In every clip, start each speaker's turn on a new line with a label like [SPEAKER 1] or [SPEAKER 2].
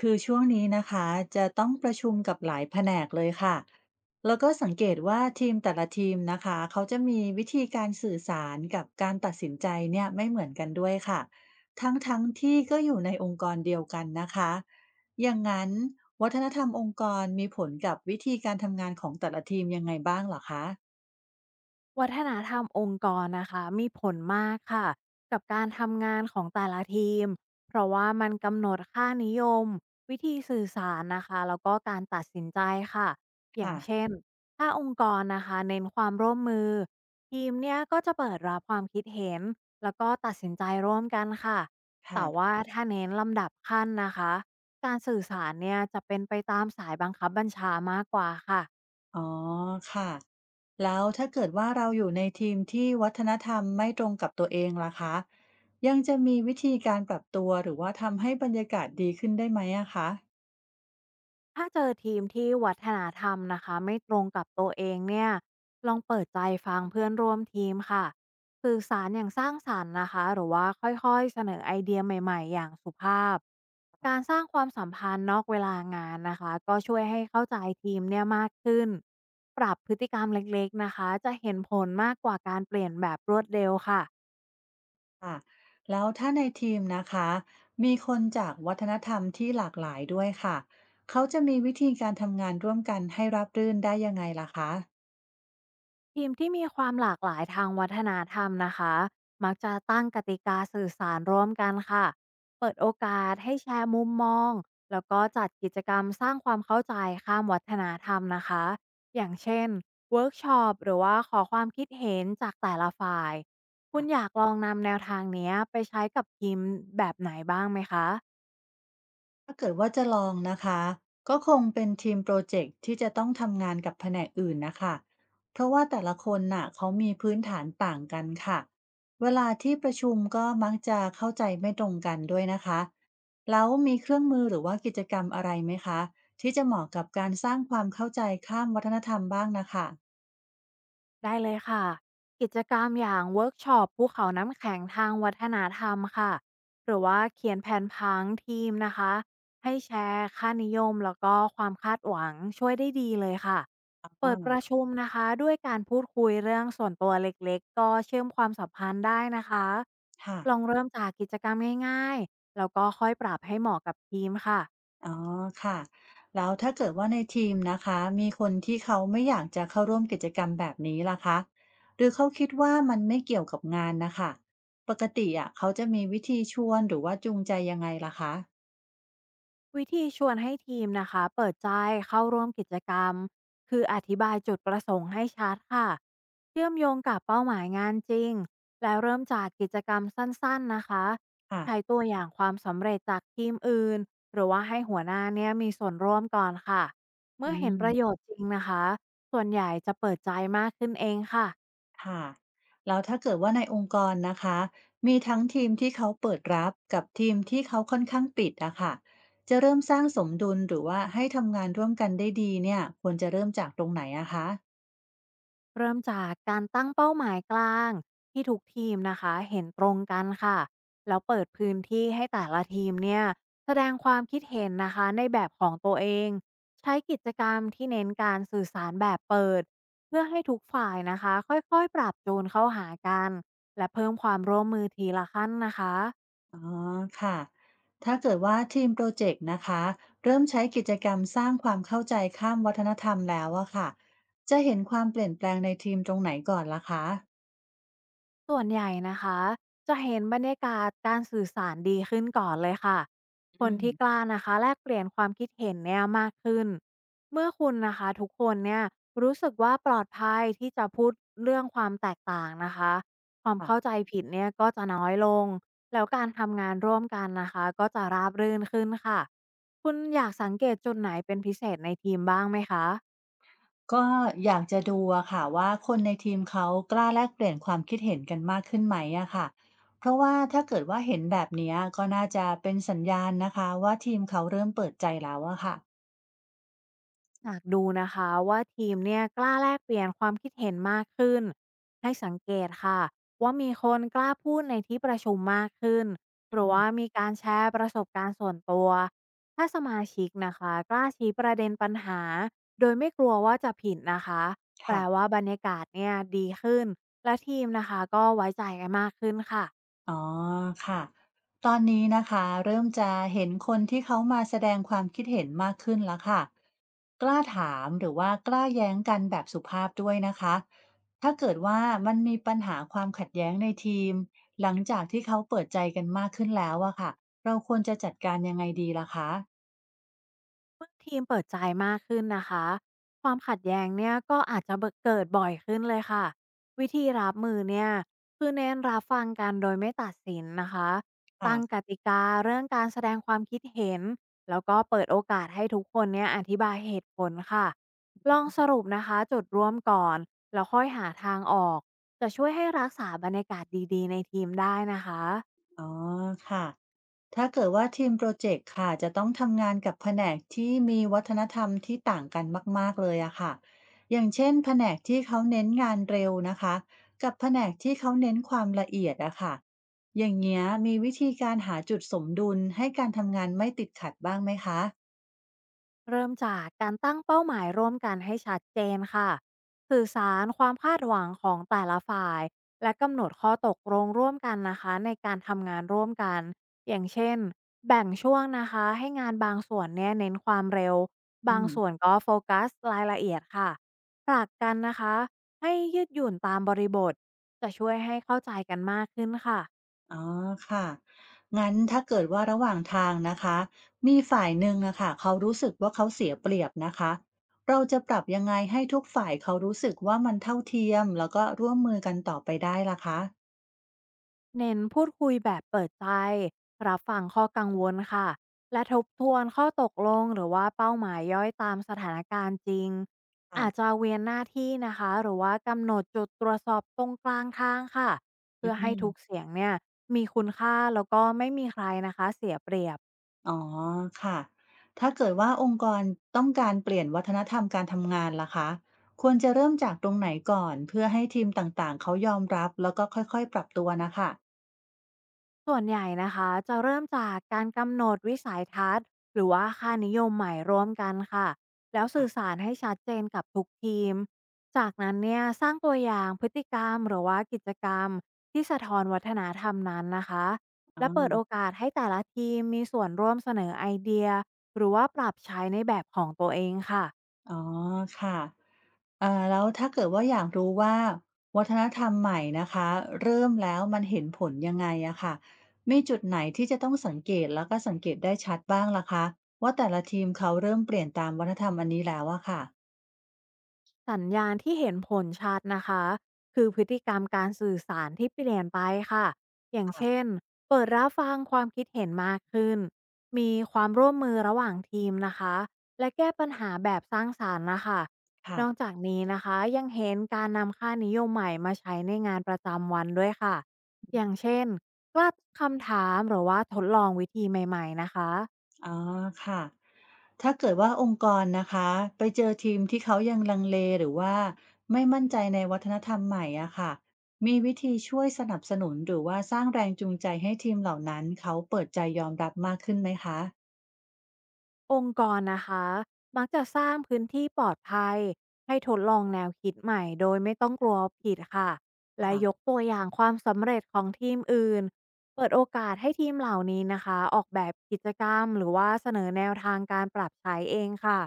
[SPEAKER 1] คือช่วงนี้นะคะจะต้องประชุมกับหลายแผนกเลยค่ะแล้วก็สังเกตว่าทีมแต่ละทีมนะคะเขาจะมีวิธีการสื่อสารกับการตัดสินใจเนี่ยไม่เหมือนกันด้วยค่ะทั้งๆทที่ก็อยู่ในองค์กรเดียวกันนะคะอย่างนั้นวัฒนธรรมองค์กรมีผลกับวิธีการทำงานของแต่ละทีมยังไงบ้างเหรอคะ
[SPEAKER 2] วัฒนธรรมองค์กรนะคะมีผลมากค่ะกับการทำงานของแต่ละทีมเพราะว่ามันกำหนดค่านิยมวิธีสื่อสารนะคะแล้วก็การตัดสินใจค่ะอย่า
[SPEAKER 1] ค่ะ
[SPEAKER 2] งเช่นถ้าองค์กรนะคะเน้นความร่วมมือทีมเนี่ยก็จะเปิดรับความคิดเห็นแล้วก็ตัดสินใจร่วมกันค่ะ
[SPEAKER 1] ค่ะ
[SPEAKER 2] แต่ว่าถ้าเน้นลำดับขั้นนะคะการสื่อสารเนี่ยจะเป็นไปตามสายบังคับบัญชามากกว่าค่ะ
[SPEAKER 1] อ๋อค่ะแล้วถ้าเกิดว่าเราอยู่ในทีมที่วัฒนธรรมไม่ตรงกับตัวเองล่ะคะยังจะมีวิธีการปรับตัวหรือว่าทำให้บรรยากาศดีขึ้นได้ไหมอะคะ
[SPEAKER 2] ถ้าเจอทีมที่วัฒนธรรมนะคะไม่ตรงกับตัวเองเนี่ยลองเปิดใจฟังเพื่อนร่วมทีมค่ะสื่อสารอย่างสร้างสรรค์นะคะหรือว่าค่อยๆเสนอไอเดียใหม่ๆอย่างสุภาพการสร้างความสัมพันธ์นอกเวลางานนะคะก็ช่วยให้เข้าใจทีมเนี่ยมากขึ้นปรับพฤติกรรมเล็กๆนะคะจะเห็นผลมากกว่าการเปลี่ยนแบบรวดเร็วค่ะ
[SPEAKER 1] ค่ะแล้วถ้าในทีมนะคะมีคนจากวัฒนธรรมที่หลากหลายด้วยค่ะเขาจะมีวิธีการทำงานร่วมกันให้ราบรื่นได้ยังไงล่ะคะ
[SPEAKER 2] ทีมที่มีความหลากหลายทางวัฒนธรรมนะคะ มักจะตั้งกติกาสื่อสารร่วมกันค่ะ เปิดโอกาสให้แชร์มุมมอง แล้วก็จัดกิจกรรมสร้างความเข้าใจข้ามวัฒนธรรมนะคะ อย่างเช่นเวิร์กช็อปหรือว่าขอความคิดเห็นจากแต่ละฝ่าย คุณอยากลองนำแนวทางเนี้ยไปใช้กับทีมแบบไหนบ้างไหมคะ
[SPEAKER 1] ถ้าเกิดว่าจะลองนะคะก็คงเป็นทีมโปรเจกต์ที่จะต้องทำงานกับแผนกอื่นนะคะเพราะว่าแต่ละคนน่ะเขามีพื้นฐานต่างกันค่ะเวลาที่ประชุมก็มักจะเข้าใจไม่ตรงกันด้วยนะคะแล้วมีเครื่องมือหรือว่ากิจกรรมอะไรไหมคะที่จะเหมาะกับการสร้างความเข้าใจข้ามวัฒนธรรมบ้างนะคะ
[SPEAKER 2] ได้เลยค่ะกิจกรรมอย่างเวิร์กช็อปภูเขาน้ำแข็งทางวัฒนธรรมค่ะหรือว่าเขียนแผนพังทีมนะคะให้แชร์ค่านิยมแล้วก็ความคาดหวังช่วยได้ดีเลยค่ะเปิดประ
[SPEAKER 1] อ่า
[SPEAKER 2] ชุมนะคะด้วยการพูดคุยเรื่องส่วนตัวเล็กๆก็เชื่อมความสัมพันธ์ได้นะคะ
[SPEAKER 1] ค่ะ
[SPEAKER 2] ลองเริ่มจากกิจกรรมง่ายๆแล้วก็ค่อยปรับให้เหมาะกับทีมค่ะ
[SPEAKER 1] อ๋อค่ะแล้วถ้าเกิดว่าในทีมนะคะมีคนที่เขาไม่อยากจะเข้าร่วมกิจกรรมแบบนี้ล่ะคะหรือเขาคิดว่ามันไม่เกี่ยวกับงานนะคะปกติอะเขาจะมีวิธีชวนหรือว่าจูงใจยังไงล่ะคะ
[SPEAKER 2] วิธีชวนให้ทีมนะคะเปิดใจเข้าร่วมกิจกรรมคืออธิบายจุดประสงค์ให้ชัดค่ะเชื่อมโยงกับเป้าหมายงานจริงและเริ่มจากกิจกรรมสั้นๆนะคะ
[SPEAKER 1] ค่ะ
[SPEAKER 2] ใช้ตัวอย่างความสำเร็จจากทีมอื่นหรือว่าให้หัวหน้าเนี่ยมีส่วนร่วมก่อนค่ะเมื่อ
[SPEAKER 1] อื
[SPEAKER 2] เห็น
[SPEAKER 1] ม
[SPEAKER 2] ประโยชน์จริงนะคะส่วนใหญ่จะเปิดใจมากขึ้นเองค่ะ
[SPEAKER 1] ค่ะแล้วถ้าเกิดว่าในองค์กรนะคะมีทั้งทีมที่เขาเปิดรับกับทีมที่เขาค่อนข้างปิดอะค่ะจะเริ่มสร้างสมดุลหรือว่าให้ทำงานร่วมกันได้ดีเนี่ยควรจะเริ่มจากตรงไหนอะคะ
[SPEAKER 2] เริ่มจากการตั้งเป้าหมายกลางที่ทุกทีมนะคะเห็นตรงกันค่ะแล้วเปิดพื้นที่ให้แต่ละทีมเนี่ยแสดงความคิดเห็นนะคะในแบบของตัวเองใช้กิจกรรมที่เน้นการสื่อสารแบบเปิดเพื่อให้ทุกฝ่ายนะคะค่อยๆปรับจูนเข้าหากันและเพิ่มความร่วมมือทีละขั้นนะคะ
[SPEAKER 1] อ๋อค่ะถ้าเกิดว่าทีมโปรเจกต์นะคะเริ่มใช้กิจกรรมสร้างความเข้าใจข้ามวัฒนธรรมแล้วอะค่ะจะเห็นความเปลี่ยนแปลงในทีมตรงไหนก่อนล่ะคะ
[SPEAKER 2] ส่วนใหญ่นะคะจะเห็นบรรยากาศการสื่อสารดีขึ้นก่อนเลยค่ะค
[SPEAKER 1] อื
[SPEAKER 2] นที่ก
[SPEAKER 1] ม
[SPEAKER 2] ล้านะคะแลกเปลี่ยนความคิดเห็นเนี่ยมากขึ้นเมื่อคุณนะคะทุกคนเนี่ยรู้สึกว่าปลอดภัยที่จะพูดเรื่องความแตกต่างนะคะความเข้า
[SPEAKER 1] ค่ะ
[SPEAKER 2] ใจผิดเนี่ยก็จะน้อยลงแล้วการทำงานร่วมกันนะคะก็จะราบรื่นขึ้นค่ะคุณอยากสังเกตจุดไหนเป็นพิเศษในทีมบ้างไหมคะ
[SPEAKER 1] ก็อยากจะดูอะค่ะว่าคนในทีมเขากล้าแลกเปลี่ยนความคิดเห็นกันมากขึ้นไหมอะค่ะเพราะว่าถ้าเกิดว่าเห็นแบบเนี้ยก็น่าจะเป็นสัญญาณนะคะว่าทีมเขาเริ่มเปิดใจแล้วอะค่ะ
[SPEAKER 2] หากดูนะคะว่าทีมเนี่ยกล้าแลกเปลี่ยนความคิดเห็นมากขึ้นให้สังเกตค่ะว่ามีคนกล้าพูดในที่ประชุมมากขึ้นหรือว่ามีการแชร์ประสบการณ์ส่วนตัวถ้าสมาชิกนะคะกล้าชี้ประเด็นปัญหาโดยไม่กลัวว่าจะผิดนะคะแปล
[SPEAKER 1] ค่ะ
[SPEAKER 2] ว่าบรรยากาศเนี่ยดีขึ้นและทีมนะคะก็ไว้ใจกันมากขึ้นค่ะ
[SPEAKER 1] อ๋อค่ะตอนนี้นะคะเริ่มจะเห็นคนที่เขามาแสดงความคิดเห็นมากขึ้นแล้วค่ะกล้าถามหรือว่ากล้าแย้งกันแบบสุภาพด้วยนะคะถ้าเกิดว่ามันมีปัญหาความขัดแย้งในทีมหลังจากที่เขาเปิดใจกันมากขึ้นแล้วอะค่ะเราควรจะจัดการยังไงดีล่ะคะ
[SPEAKER 2] เมื่อทีมเปิดใจมากขึ้นนะคะความขัดแย้งเนี่ยก็อาจจะเกิดบ่อยขึ้นเลยค่ะวิธีรับมือเนี่ยคือเน้นรับฟังกันโดยไม่ตัดสินนะคะตั้ง
[SPEAKER 1] ค่ะ
[SPEAKER 2] กติกาเรื่องการแสดงความคิดเห็นแล้วก็เปิดโอกาสให้ทุกคนเนี่ยอธิบายเหตุผลค่ะลองสรุปนะคะจุดร่วมก่อนแล้วค่อยหาทางออกจะช่วยให้รักษาบรรยากาศดีๆในทีมได้นะคะ
[SPEAKER 1] อ๋อค่ะ ถ้าเกิดว่าทีมโปรเจกต์ค่ะจะต้องทำงานกับแผนกที่มีวัฒนธรรมที่ต่างกันมากๆเลยอะค่ะอย่างเช่นแผนกที่เขาเน้นงานเร็วนะคะกับแผนกที่เขาเน้นความละเอียดอะค่ะอย่างเงี้ยมีวิธีการหาจุดสมดุลให้การทำงานไม่ติดขัดบ้างไหมคะ
[SPEAKER 2] เริ่มจากการตั้งเป้าหมายร่วมกันให้ชัดเจนค่ะ สื่อสารความคาดหวังของแต่ละฝ่าย และกำหนดข้อตกลงร่วมกันนะคะในการทำงานร่วมกัน อย่างเช่นแบ่งช่วงนะคะให้งานบางส่วนเนี่ยเน้นความเร็ว
[SPEAKER 1] อื
[SPEAKER 2] บาง
[SPEAKER 1] ม
[SPEAKER 2] ส่วนก็โฟกัสรายละเอียดค่ะผลักกันนะคะให้ยืดหยุ่นตามบริบทจะช่วยให้เข้าใจกันมากขึ้นค่ะ
[SPEAKER 1] อ๋อค่ะงั้นถ้าเกิดว่าระหว่างทางนะคะมีฝ่ายหนึ่งอะค่ะเขารู้สึกว่าเขาเสียเปรียบนะคะเราจะปรับยังไงให้ทุกฝ่ายเขารู้สึกว่ามันเท่าเทียมแล้วก็ร่วมมือกันต่อไปได้ล่ะคะ
[SPEAKER 2] เน้นพูดคุยแบบเปิดใจรับฟังข้อกังวลค่ะและทบทวนข้อตกลงหรือว่าเป้าหมายย่อยตามสถานการณ์จริงอาจ
[SPEAKER 1] ค่ะ
[SPEAKER 2] จะเวียนหน้าที่นะคะหรือว่ากำหนดจุดตรวจสอบตรงกลางทางค่ะ
[SPEAKER 1] อื
[SPEAKER 2] เพื่อให้
[SPEAKER 1] ม
[SPEAKER 2] ทุกเสียงเนี่ยมีคุณค่าแล้วก็ไม่มีใครนะคะเสียเปรียบ
[SPEAKER 1] อ๋อค่ะถ้าเกิดว่าองค์กรต้องการเปลี่ยนวัฒนธรรมการทำงานล่ะคะควรจะเริ่มจากตรงไหนก่อนเพื่อให้ทีมต่างๆเขายอมรับแล้วก็ค่อยๆปรับตัวนะค่ะ
[SPEAKER 2] ส่วนใหญ่นะคะจะเริ่มจากการกำหนดวิสัยทัศน์หรือว่าค่านิยมใหม่ร่วมกันค่ะแล้ว
[SPEAKER 1] ค่ะ
[SPEAKER 2] สื่อสารให้ชัดเจนกับทุกทีมจากนั้นเนี่ยสร้างตัวอย่างพฤติกรรมหรือว่ากิจกรรมที่สะท้อนวัฒนธรรมนั้นนะคะ
[SPEAKER 1] อ๋
[SPEAKER 2] และเปิดโอ
[SPEAKER 1] อ
[SPEAKER 2] กาสให้แต่ละทีมมีส่วนร่วมเสนอไอเดียหรือว่าปรับใช้ในแบบของตัวเองค่ะ
[SPEAKER 1] อ๋อค่ะ อ่าแล้วถ้าเกิดว่าอยากรู้ว่าวัฒนธรรมใหม่นะคะเริ่มแล้วมันเห็นผลยังไงอะค่ะมีจุดไหนที่จะต้องสังเกตแล้วก็สังเกตได้ชัดบ้างล่ะคะว่าแต่ละทีมเขาเริ่มเปลี่ยนตามวัฒนธรรมอันนี้แล้วอะค่ะ
[SPEAKER 2] สัญญาณที่เห็นผลชัดนะคะคือพฤติกรรมการสื่อสารที่เปลี่ยนไปค่ะอย่างเช่นเปิดรับฟังความคิดเห็นมากขึ้นมีความร่วมมือระหว่างทีมนะคะและแก้ปัญหาแบบสร้างสารรค์นะคะ
[SPEAKER 1] ค่ะ
[SPEAKER 2] นอกจากนี้นะคะยังเห็นการนำค่านิยมใหม่มาใช้ในงานประจำวันด้วยค่ะอย่างเช่นกล้าคำถามหรือว่าทดลองวิธีใหม่ๆนะคะ
[SPEAKER 1] อ๋อค่ะถ้าเกิดว่าองค์กรนะคะไปเจอทีมที่เขายังลังเลหรือว่าไม่มั่นใจในวัฒนธรรมใหม่อะค่ะมีวิธีช่วยสนับสนุนหรือว่าสร้างแรงจูงใจให้ทีมเหล่านั้นเขาเปิดใจยอมรับมากขึ้นไหมคะ
[SPEAKER 2] องค์กรนะคะมักจะสร้างพื้นที่ปลอดภัยให้ทดลองแนวคิดใหม่โดยไม่ต้องกลัวผิดค่ะและย
[SPEAKER 1] ค่ะ
[SPEAKER 2] กตัวอย่างความสำเร็จของทีมอื่นเปิดโอกาสให้ทีมเหล่านี้นะคะออกแบบกิจกรรมหรือว่าเสนอแนวทางการปรับใช้เองค่ะ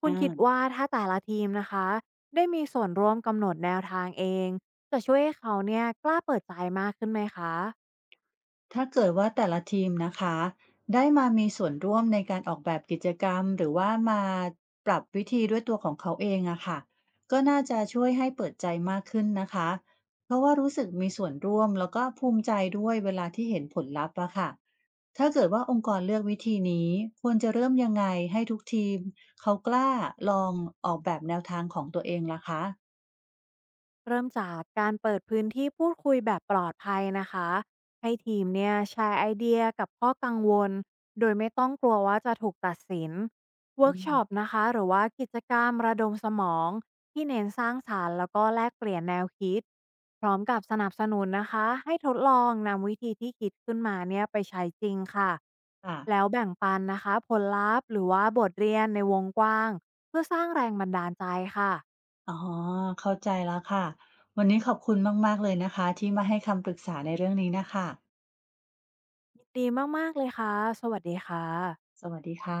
[SPEAKER 2] คุ
[SPEAKER 1] อา
[SPEAKER 2] ณคิดว่าถ้าแต่ละทีมนะคะได้มีส่วนร่วมกำหนดแนวทางเองจะช่วยให้เขาเนี่ยกล้าเปิดใจมากขึ้นไหมคะ
[SPEAKER 1] ถ้าเกิดว่าแต่ละทีมนะคะได้มามีส่วนร่วมในการออกแบบกิจกรรมหรือว่ามาปรับวิธีด้วยตัวของเขาเองอะค่ะก็น่าจะช่วยให้เปิดใจมากขึ้นนะคะเพราะว่ารู้สึกมีส่วนร่วมแล้วก็ภูมิใจด้วยเวลาที่เห็นผลลัพธ์อะค่ะถ้าเกิดว่าองค์กรเลือกวิธีนี้ควรจะเริ่มยังไงให้ทุกทีมเขากล้าลองออกแบบแนวทางของตัวเองล่ะคะ
[SPEAKER 2] เริ่มจากการเปิดพื้นที่พูดคุยแบบปลอดภัยนะคะให้ทีมเนี่ยแชร์ไอเดียกับข้อกังวลโดยไม่ต้องกลัวว่าจะถูกตัดสินเวิ
[SPEAKER 1] อื
[SPEAKER 2] ร์ก
[SPEAKER 1] ม
[SPEAKER 2] ช็อปนะคะหรือว่ากิจกรรมระดมสมองที่เน้นสร้างสารรค์แล้วก็แลกเปลี่ยนแนวคิดพร้อมกับสนับสนุนนะคะให้ทดลองนำวิธีที่คิดขึ้นมาเนี่ยไปใช้จริงค่ะ
[SPEAKER 1] ค่ะ
[SPEAKER 2] แล้วแบ่งปันนะคะผลลัพธ์หรือว่าบทเรียนในวงกว้างเพื่อสร้างแรงบันดาลใจค่ะ
[SPEAKER 1] อ๋อเข้าใจแล้วค่ะวันนี้ขอบคุณมากๆเลยนะคะที่มาให้คำปรึกษาในเรื่องนี้น่ะค่ะ
[SPEAKER 2] ยินดีมากๆเลยค่ะ สวัสดีค่ะ
[SPEAKER 1] สวัสดีค่ะ